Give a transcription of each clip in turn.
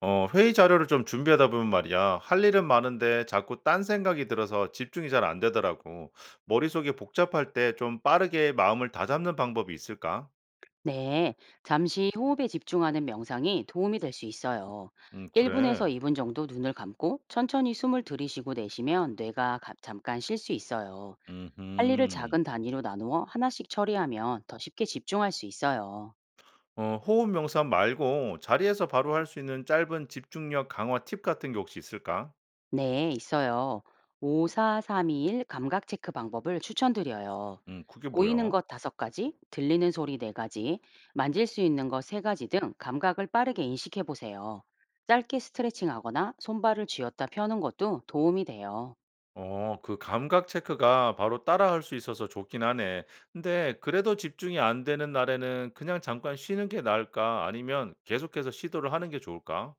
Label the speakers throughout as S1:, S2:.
S1: 회의 자료를 좀 준비하다 보면 말이야. 할 일은 많은데 자꾸 딴 생각이 들어서 집중이 잘 안 되더라고. 머릿속이 복잡할 때 좀 빠르게 마음을 다잡는 방법이 있을까?
S2: 네, 잠시 호흡에 집중하는 명상이 도움이 될 수 있어요. 1분에서
S1: 그래.
S2: 2분 정도 눈을 감고 천천히 숨을 들이쉬고 내쉬면 뇌가 잠깐 쉴 수 있어요. 할 일을
S1: 음,
S2: 작은 단위로 나누어 하나씩 처리하면 더 쉽게 집중할 수 있어요.
S1: 호흡 명상 말고 자리에서 바로 할 수 있는 짧은 집중력 강화 팁 같은 게 혹시 있을까?
S2: 네, 있어요. 54321 감각 체크 방법을 추천드려요.
S1: 그게
S2: 보이는
S1: 뭐야?
S2: 것 5가지, 들리는 소리 4가지, 만질 수 있는 것 3가지 등 감각을 빠르게 인식해 보세요. 짧게 스트레칭하거나 손발을 쥐었다 펴는 것도 도움이 돼요.
S1: 그 감각 체크가 바로 따라할 수 있어서 좋긴 하네. 근데 그래도 집중이 안 되는 날에는 그냥 잠깐 쉬는 게 나을까? 아니면 계속해서 시도를 하는 게 좋을까?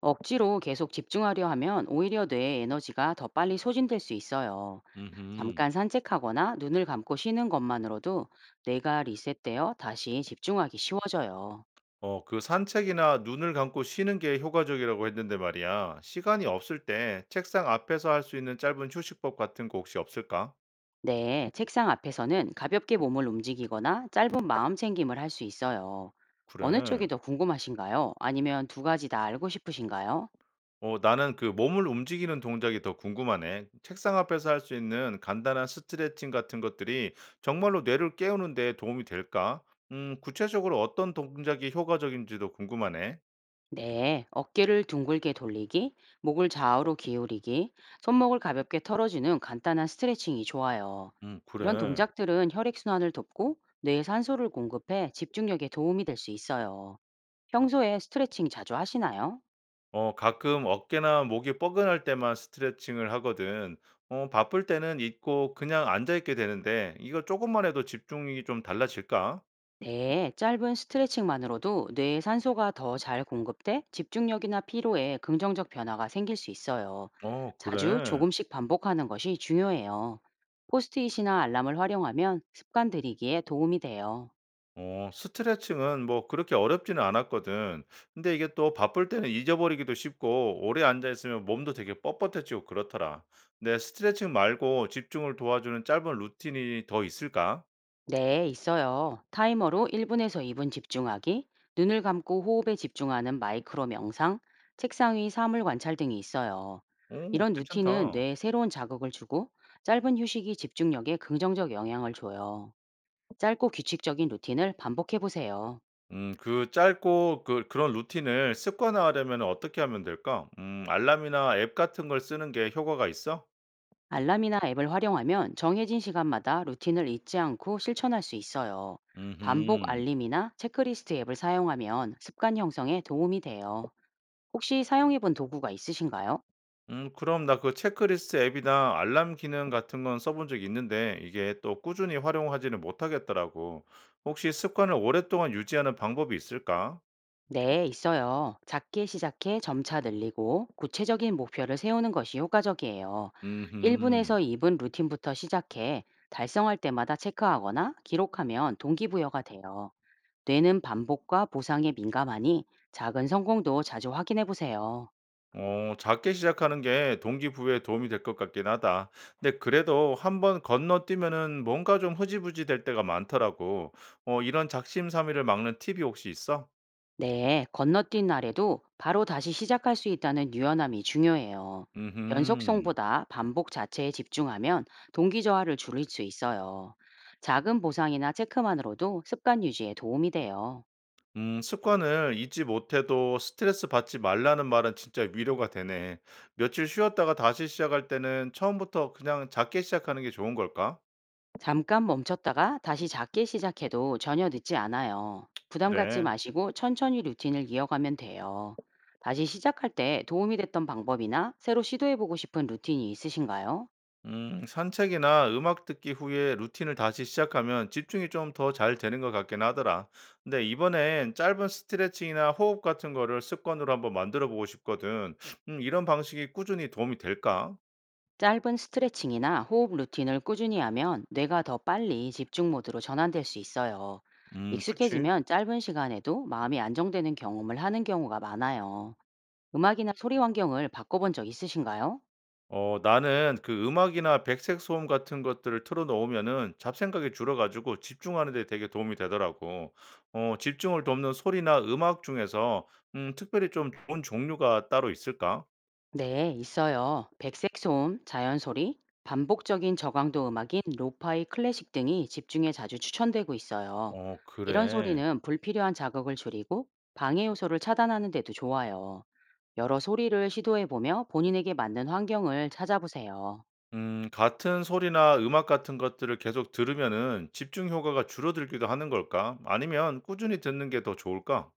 S2: 억지로 계속 집중하려 하면 오히려 뇌의 에너지가 더 빨리 소진될 수 있어요.
S1: 음흠.
S2: 잠깐 산책하거나 눈을 감고 쉬는 것만으로도 뇌가 리셋되어 다시 집중하기 쉬워져요.
S1: 그 산책이나 눈을 감고 쉬는 게 효과적이라고 했는데 말이야. 시간이 없을 때 책상 앞에서 할 수 있는 짧은 휴식법 같은 거 혹시 없을까?
S2: 네, 책상 앞에서는 가볍게 몸을 움직이거나 짧은 마음 챙김을 할 수 있어요. 어느 쪽이
S1: 그래.
S2: 더 궁금하신가요? 아니면 두 가지 다 알고 싶으신가요?
S1: 나는 그 몸을 움직이는 동작이 더 궁금하네. 책상 앞에서 할 수 있는 간단한 스트레칭 같은 것들이 정말로 뇌를 깨우는 데 도움이 될까? 구체적으로 어떤 동작이 효과적인지도 궁금하네.
S2: 네, 어깨를 둥글게 돌리기, 목을 좌우로 기울이기, 손목을 가볍게 털어주는 간단한 스트레칭이 좋아요. 이런
S1: 그래.
S2: 동작들은 혈액순환을 돕고 뇌에 산소를 공급해 집중력에 도움이 될 수 있어요. 평소에 스트레칭 자주 하시나요?
S1: 가끔 어깨나 목이 뻐근할 때만 스트레칭을 하거든. 바쁠 때는 있고 그냥 앉아 있게 되는데 이거 조금만 해도 집중이 좀 달라질까?
S2: 네, 짧은 스트레칭만으로도 뇌에 산소가 더 잘 공급돼 집중력이나 피로에 긍정적 변화가 생길 수 있어요.
S1: 어,
S2: 자주
S1: 그래.
S2: 조금씩 반복하는 것이 중요해요. 포스트잇이나 알람을 활용하면 습관 들이기에 도움이 돼요.
S1: 스트레칭은 뭐 그렇게 어렵지는 않았거든. 근데 이게 또 바쁠 때는 잊어버리기도 쉽고 오래 앉아 있으면 몸도 되게 뻣뻣해지고 그렇더라. 근데 스트레칭 말고 집중을 도와주는 짧은 루틴이 더 있을까?
S2: 네, 있어요. 타이머로 1분에서 2분 집중하기, 눈을 감고 호흡에 집중하는 마이크로 명상, 책상 위 사물 관찰 등이 있어요.
S1: 오,
S2: 이런 루틴은
S1: 괜찮다.
S2: 뇌에 새로운 자극을 주고 짧은 휴식이 집중력에 긍정적 영향을 줘요. 짧고 규칙적인 루틴을 반복해 보세요.
S1: 그 짧고 그 그런 루틴을 습관화하려면 어떻게 하면 될까? 알람이나 앱 같은 걸 쓰는 게 효과가 있어?
S2: 알람이나 앱을 활용하면 정해진 시간마다 루틴을 잊지 않고 실천할 수 있어요. 반복
S1: 음흠.
S2: 알림이나 체크리스트 앱을 사용하면 습관 형성에 도움이 돼요. 혹시 사용해 본 도구가 있으신가요?
S1: 그럼 나 그 체크리스트 앱이나 알람 기능 같은 건 써본 적이 있는데 이게 또 꾸준히 활용하지는 못하겠더라고. 혹시 습관을 오랫동안 유지하는 방법이 있을까?
S2: 네, 있어요. 작게 시작해 점차 늘리고 구체적인 목표를 세우는 것이 효과적이에요.
S1: 음
S2: 1분에서 2분 루틴부터 시작해 달성할 때마다 체크하거나 기록하면 동기부여가 돼요. 뇌는 반복과 보상에 민감하니 작은 성공도 자주 확인해 보세요.
S1: 작게 시작하는 게 동기부여에 도움이 될 것 같긴 하다. 근데 그래도 한번 건너뛰면은 뭔가 좀 흐지부지 될 때가 많더라고. 이런 작심삼일을 막는 팁이 혹시 있어?
S2: 네, 건너뛴 날에도 바로 다시 시작할 수 있다는 유연함이 중요해요.
S1: 음
S2: 연속성보다 반복 자체에 집중하면 동기 저하를 줄일 수 있어요. 작은 보상이나 체크만으로도 습관 유지에 도움이 돼요.
S1: 습관을 잊지 못해도 스트레스 받지 말라는 말은 진짜 위로가 되네. 며칠 쉬었다가 다시 시작할 때는 처음부터 그냥 작게 시작하는 게 좋은 걸까?
S2: 잠깐 멈췄다가 다시 작게 시작해도 전혀 늦지 않아요. 부담 갖지
S1: 그래.
S2: 마시고 천천히 루틴을 이어가면 돼요. 다시 시작할 때 도움이 됐던 방법이나 새로 시도해보고 싶은 루틴이 있으신가요?
S1: 산책이나 음악 듣기 후에 루틴을 다시 시작하면 집중이 좀 더 잘 되는 것 같긴 하더라. 근데 이번엔 짧은 스트레칭이나 호흡 같은 거를 습관으로 한번 만들어 보고 싶거든. 이런 방식이 꾸준히 도움이 될까?
S2: 짧은 스트레칭이나 호흡 루틴을 꾸준히 하면 뇌가 더 빨리 집중 모드로 전환될 수 있어요.
S1: 그치.
S2: 익숙해지면 짧은 시간에도 마음이 안정되는 경험을 하는 경우가 많아요. 음악이나 소리 환경을 바꿔본 적 있으신가요?
S1: 나는 그 음악이나 백색 소음 같은 것들을 틀어 놓으면은 잡생각이 줄어 가지고 집중하는 데 되게 도움이 되더라고. 집중을 돕는 소리나 음악 중에서 특별히 좀 좋은 종류가 따로 있을까?
S2: 네, 있어요. 백색 소음, 자연 소리, 반복적인 저강도 음악인 로파이 클래식 등이 집중에 자주 추천되고 있어요.
S1: 어
S2: 이런
S1: 그래.
S2: 소리는 불필요한 자극을 줄이고 방해 요소를 차단하는 데도 좋아요. 여러 소리를 시도해 보며 본인에게 맞는 환경을 찾아보세요.
S1: 같은 소리나 음악 같은 것들을 계속 들으면은 집중 효과가 줄어들기도 하는 걸까? 아니면 꾸준히 듣는 게 더 좋을까?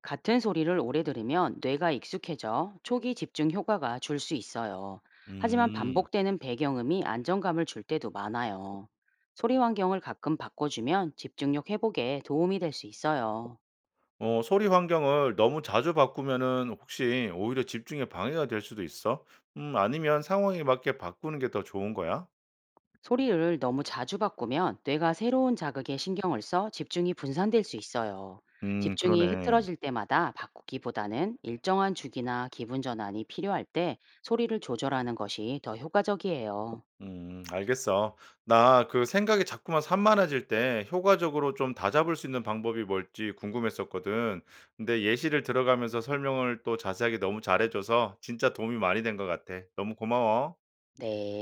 S2: 같은 소리를 오래 들으면 뇌가 익숙해져 초기 집중 효과가 줄 수 있어요. 하지만
S1: 음.
S2: 반복되는 배경음이 안정감을 줄 때도 많아요. 소리 환경을 가끔 바꿔주면 집중력 회복에 도움이 될 수 있어요.
S1: 소리 환경을 너무 자주 바꾸면은 혹시 오히려 집중에 방해가 될 수도 있어? 아니면 상황에 맞게 바꾸는 게 더 좋은 거야?
S2: 소리를 너무 자주 바꾸면 뇌가 새로운 자극에 신경을 써 집중이 분산될 수 있어요.
S1: 음,
S2: 집중이
S1: 그러네.
S2: 흐트러질 때마다 바꾸기보다는 일정한 주기나 기분 전환이 필요할 때 소리를 조절하는 것이 더 효과적이에요.
S1: 음, 알겠어. 나 그 생각이 자꾸만 산만해질 때 효과적으로 좀 다잡을 수 있는 방법이 뭘지 궁금했었거든. 근데 예시를 들어가면서 설명을 또 자세하게 너무 잘해 줘서 진짜 도움이 많이 된 것 같아. 너무 고마워.
S2: 네.